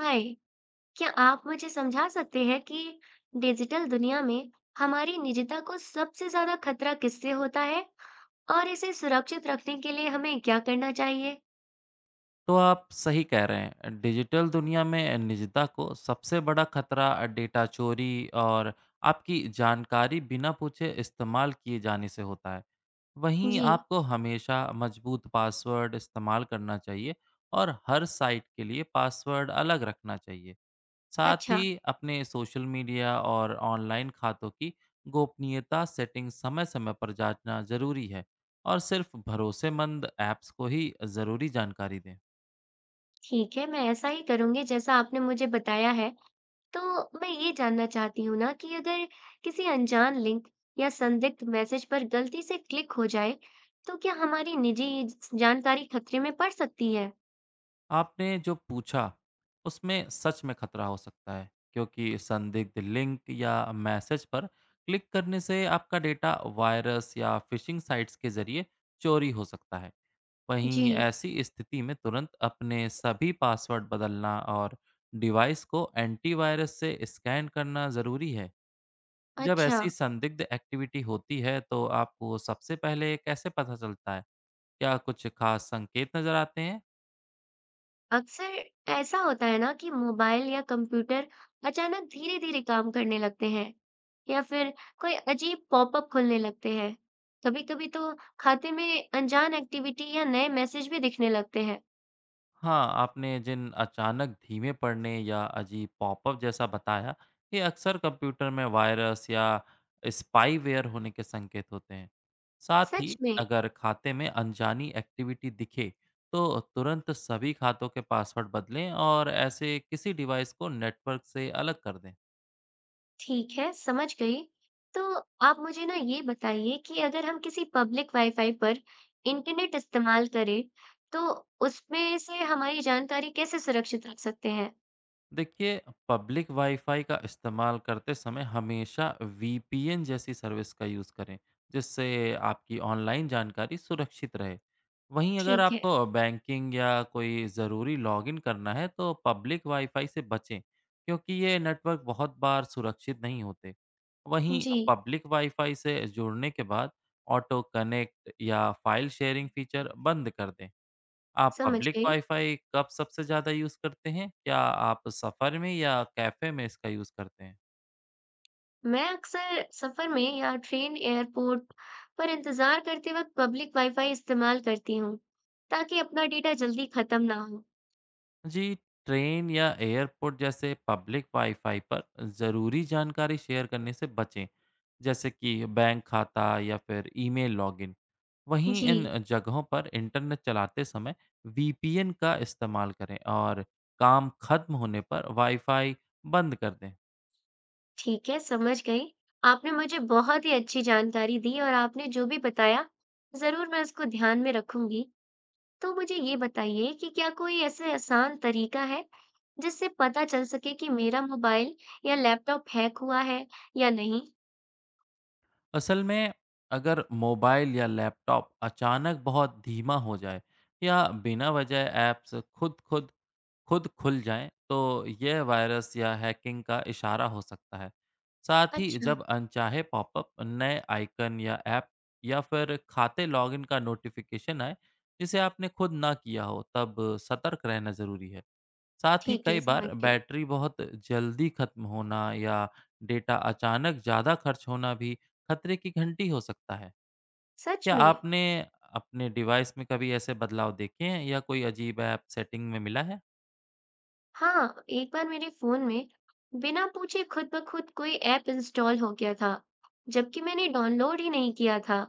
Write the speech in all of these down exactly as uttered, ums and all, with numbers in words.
हाय। क्या आप मुझे समझा सकते हैं कि डिजिटल दुनिया में हमारी निजता को सबसे ज्यादा खतरा किससे होता है और इसे सुरक्षित रखने के लिए हमें क्या करना चाहिए। तो आप सही कह रहे हैं। डिजिटल दुनिया में निजता को सबसे बड़ा खतरा डेटा चोरी और आपकी जानकारी बिना पूछे इस्तेमाल किए जाने से होता है। वहीं जी। आपको हमेशा मजबूत पासवर्ड इस्तेमाल करना चाहिए और हर साइट के लिए पासवर्ड अलग रखना चाहिए। साथ अच्छा। ही अपने सोशल मीडिया और ऑनलाइन खातों की गोपनीयता सेटिंग समय-समय पर जांचना जरूरी है और सिर्फ भरोसेमंद ऐप्स को ही ज़रूरी जानकारी दें। ठीक है, मैं ऐसा ही करूंगी जैसा आपने मुझे बताया है। तो मैं ये जानना चाहती हूँ ना कि अगर किसी अनजान लिंक या संदिग्ध मैसेज पर गलती से क्लिक हो जाए तो क्या हमारी निजी जानकारी खतरे में पड़ सकती है। आपने जो पूछा उसमें सच में खतरा हो सकता है क्योंकि संदिग्ध लिंक या मैसेज पर क्लिक करने से आपका डेटा वायरस या फिशिंग साइट्स के जरिए चोरी हो सकता है। जी। वहीं ऐसी स्थिति में तुरंत अपने सभी पासवर्ड बदलना और डिवाइस को एंटीवायरस से स्कैन करना ज़रूरी है। जब अच्छा। ऐसी संदिग्ध एक्टिविटी होती है तो आपको सबसे पहले कैसे पता चलता है? क्या कुछ खास संकेत नज़र आते हैं? अक्सर ऐसा होता है ना कि मोबाइल या कंप्यूटर अचानक धीरे धीरे काम करने लगते हैं या फिर कोई अजीब पॉपअप खुलने लगते हैं। कभी कभी तो खाते में अनजान एक्टिविटी या नए मैसेज भी दिखने लगते हैं। हाँ, आपने जिन अचानक धीमे पड़ने या अजीब पॉपअप जैसा बताया, ये अक्सर कंप्यूटर में वायरस या स्पाईवेयर होने के संकेत होते हैं। साथ सच ही में। अगर खाते में अनजानी एक्टिविटी दिखे, तो तुरंत सभी खातों के पासवर्ड बदलें और ऐसे किसी डिवाइस को नेटवर्क से अलग कर दें। ठीक है, समझ गई। तो आप मुझे ना ये बताइए कि अगर हम किसी पब्लिक वाईफाई पर इंटरनेट इस्तेमाल करें तो उसमें से हमारी जानकारी कैसे सुरक्षित रख सकते हैं। देखिए, पब्लिक वाईफाई का इस्तेमाल करते समय हमेशा वी पी एन जैसी सर्विस का यूज़ करें जिससे आपकी ऑनलाइन जानकारी सुरक्षित रहे। वहीं अगर ठीक है। आपको बैंकिंग या कोई ज़रूरी लॉगिन करना है तो पब्लिक वाईफाई से बचें क्योंकि ये नेटवर्क बहुत बार सुरक्षित नहीं होते। वहीं जी। पब्लिक वाईफाई से जुड़ने के बाद ऑटो कनेक्ट या फाइल शेयरिंग फीचर बंद कर दें। आप समझ पब्लिक गई। वाईफ़ाई कब सबसे ज़्यादा यूज़ करते हैं? क्या आप सफ़र में या कैफ़े में इसका यूज़ करते हैं? मैं अक्सर सफर में या ट्रेन एयरपोर्ट पर इंतजार करते वक्त पब्लिक वाईफाई इस्तेमाल करती हूँ ताकि अपना डेटा जल्दी खत्म ना हो। जी, ट्रेन या एयरपोर्ट जैसे पब्लिक वाईफ़ाई पर ज़रूरी जानकारी शेयर करने से बचें, जैसे कि बैंक खाता या फिर ईमेल लॉगिन। वहीं जी। इन जगहों पर इंटरनेट चलाते समय वी पी एन का इस्तेमाल करें और काम खत्म होने पर वाईफ़ाई बंद कर दें। ठीक है, समझ गई। आपने मुझे बहुत ही अच्छी जानकारी दी और आपने जो भी बताया जरूर मैं उसको ध्यान में रखूंगी। तो मुझे ये बताइए कि क्या कोई ऐसे आसान तरीका है जिससे पता चल सके कि मेरा मोबाइल या लैपटॉप हैक हुआ है या नहीं। असल में अगर मोबाइल या लैपटॉप अचानक बहुत धीमा हो जाए या बिना वजह ऐप्स खुद खुद खुद खुल जाएं तो यह वायरस या हैकिंग का इशारा हो सकता है। साथ ही अच्छा। जब अनचाहे पॉपअप, नए आइकन या ऐप या फिर खाते लॉगिन का नोटिफिकेशन आए जिसे आपने खुद ना किया हो, तब सतर्क रहना ज़रूरी है। साथ ही ठीक है, कई बार समझ गई। बैटरी बहुत जल्दी खत्म होना या डेटा अचानक ज़्यादा खर्च होना भी खतरे की घंटी हो सकता है। सच क्या में। आपने अपने डिवाइस में कभी ऐसे बदलाव देखे हैं या कोई अजीब ऐप सेटिंग में मिला है? हाँ, एक बार मेरे फोन में बिना पूछे खुद ब खुद कोई ऐप इंस्टॉल हो गया था, जबकि मैंने डाउनलोड ही नहीं किया था।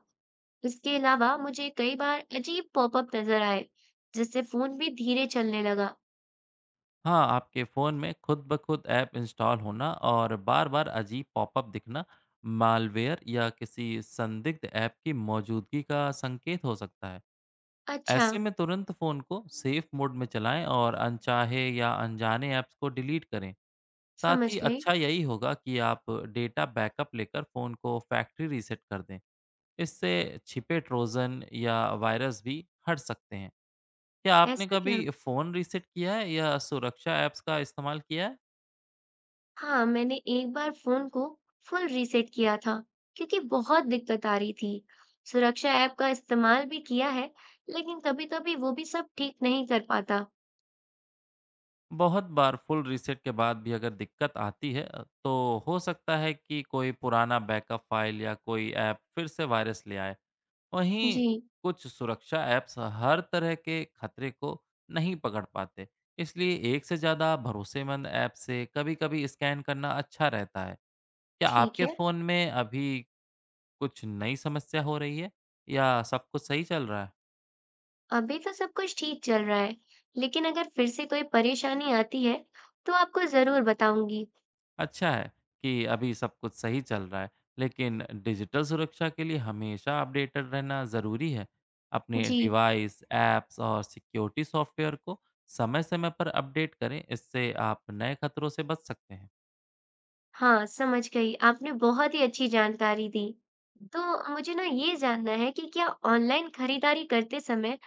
इसके अलावा मुझे कई बार अजीब पॉपअप नजर आए, जिससे फोन भी धीरे चलने लगा। हाँ, आपके फ़ोन में खुद ब खुद ऐप इंस्टॉल होना और बार-बार अजीब पॉपअप दिखना मालवेयर या किसी संदिग्ध ऐप की मौजूदगी का संकेत हो सकता है। अच्छा, ऐसे में तुरंत फ़ोन को सेफ मोड में चलाएं और अनचाहे या अनजाने ऐप्स को डिलीट करें। साथ समझ ही गई। अच्छा यही होगा कि आप डेटा बैकअप लेकर फ़ोन को फैक्ट्री रीसेट कर दें। इससे छिपे ट्रोजन या वायरस भी हट सकते हैं। क्या आपने ऐसा क्या? कभी फ़ोन रीसेट किया है या सुरक्षा ऐप्स का इस्तेमाल किया है? हाँ, मैंने एक बार फोन को फुल रीसेट किया था, क्योंकि बहुत दिक्कत आ रही थी। सुरक्षा ऐप का इस्तेमाल भी किया है, लेकिन कभी-कभी वो भी सब ठीक नहीं कर पाता। बहुत बार फुल रीसेट के बाद भी अगर दिक्कत आती है अ, तो हो सकता है कि कोई पुराना बैकअप फ़ाइल या कोई ऐप फिर से वायरस ले आए। वहीं जी। कुछ सुरक्षा ऐप्स हर तरह के खतरे को नहीं पकड़ पाते, इसलिए एक से ज़्यादा भरोसेमंद ऐप से कभी-कभी स्कैन करना अच्छा रहता है। क्या ठीक आपके है। फ़ोन में अभी कुछ नई समस्या हो रही है या सब कुछ सही चल रहा है? अभी तो सब कुछ ठीक चल रहा है, लेकिन अगर फिर से कोई परेशानी आती है, तो आपको ज़रूर बताऊँगी। अच्छा है कि अभी सब कुछ सही चल रहा है, लेकिन डिजिटल सुरक्षा के लिए हमेशा अपडेटेड रहना ज़रूरी है। अपने जी। डिवाइस, ऐप्स और सिक्योरिटी सॉफ्टवेयर को समय-समय पर अपडेट करें, इससे आप नए खतरों से बच सकते हैं। हाँ, समझ गई। आपने बहुत ही अच्छी जानकारी दी। तो मुझे ना ये जानना है कि क्या ऑनलाइन खरीदारी करते समय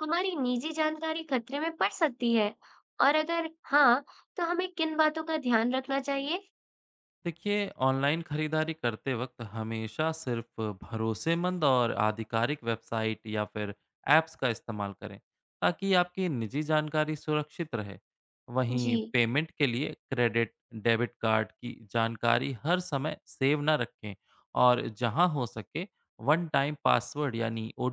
हमारी निजी जानकारी खतरे में पड़ सकती है? और अगर हाँ, तो हमें किन बातों का ध्यान रखना चाहिए? देखिए, ऑनलाइन खरीदारी करते वक्त हमेशा सिर्फ भरोसेमंद और आधिकारिक वेबसाइट या फिर ऐप्स का इस्तेमाल करें ताकि आपकी निजी जानकारी सुरक्षित रहे। वहीं जी। पेमेंट के लिए क्रेडिट डेबिट कार्ड की जानकारी हर समय सेव ना रखें और जहां हो सके वन टाइम पासवर्ड यानी ओ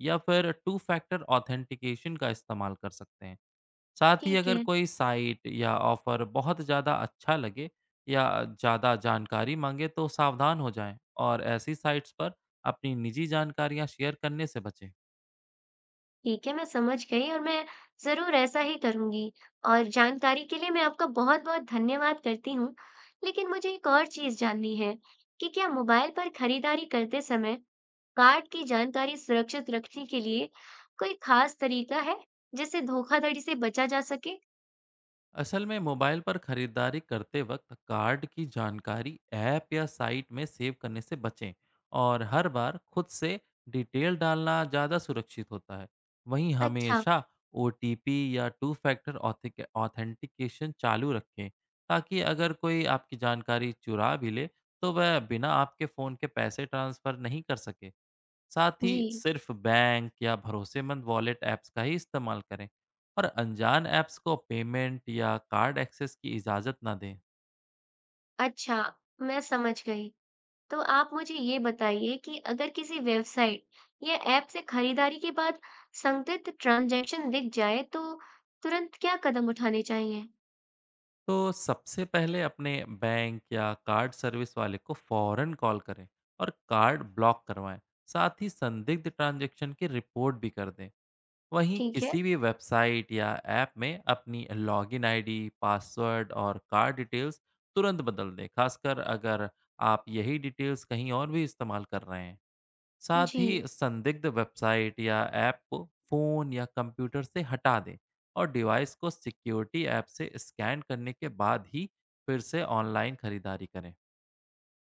या फिर टू फैक्टर ऑथेंटिकेशन का इस्तेमाल कर सकते हैं। साथ ही ठीक अगर है। कोई साइट या ऑफर बहुत ज़्यादा अच्छा लगे या ज़्यादा जानकारी मांगे तो सावधान हो जाएं और ऐसी साइट्स पर अपनी निजी जानकारियां शेयर करने से बचें। ठीक है, मैं समझ गई और मैं ज़रूर ऐसा ही करूँगी और जानकारी के लिए मैं आपका बहुत-बहुत धन्यवाद करती हूँ। लेकिन मुझे एक और चीज़ जाननी है कि क्या मोबाइल पर खरीदारी करते समय कार्ड की जानकारी सुरक्षित रखने के लिए कोई खास तरीका है, जिससे धोखाधड़ी से बचा जा सके? असल में मोबाइल पर खरीदारी करते वक्त कार्ड की जानकारी ऐप या साइट में सेव करने से बचें और हर बार खुद से डिटेल डालना ज़्यादा सुरक्षित होता है। वहीं अच्छा। हमेशा ओ या टू फैक्टर ऑथेंटिकेशन चालू रखें ताकि अगर कोई आपकी जानकारी चुरा भी ले तो वह बिना आपके फ़ोन के पैसे ट्रांसफ़र नहीं कर सके। साथ ही जी। सिर्फ बैंक या भरोसेमंद वॉलेट ऐप्स का ही इस्तेमाल करें और अनजान ऐप्स को पेमेंट या कार्ड एक्सेस की इजाज़त ना दें। अच्छा, मैं समझ गई। तो आप मुझे ये बताइए कि अगर किसी वेबसाइट या ऐप से खरीदारी के बाद संदिग्ध ट्रांजैक्शन दिख जाए तो तुरंत क्या कदम उठाने चाहिए? तो सबसे पहले अपने बैंक या कार्ड सर्विस वाले को फौरन कॉल करें और कार्ड ब्लॉक करवाएं। साथ ही संदिग्ध ट्रांजैक्शन की रिपोर्ट भी कर दें। वहीं ठीक है। किसी भी वेबसाइट या ऐप में अपनी लॉगिन आईडी, पासवर्ड और कार्ड डिटेल्स तुरंत बदल दें, खासकर अगर आप यही डिटेल्स कहीं और भी इस्तेमाल कर रहे हैं। साथ ही जी। संदिग्ध वेबसाइट या ऐप को फ़ोन या कंप्यूटर से हटा दें और डिवाइस को सिक्योरिटी ऐप से स्कैन करने के बाद ही फिर से ऑनलाइन खरीदारी करें।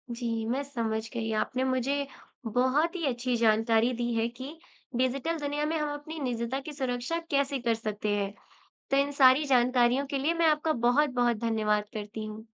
जी, मैं समझ गई। आपने मुझे बहुत ही अच्छी जानकारी दी है कि डिजिटल दुनिया में हम अपनी निजता की सुरक्षा कैसे कर सकते हैं। तो इन सारी जानकारियों के लिए मैं आपका बहुत-बहुत धन्यवाद करती हूँ।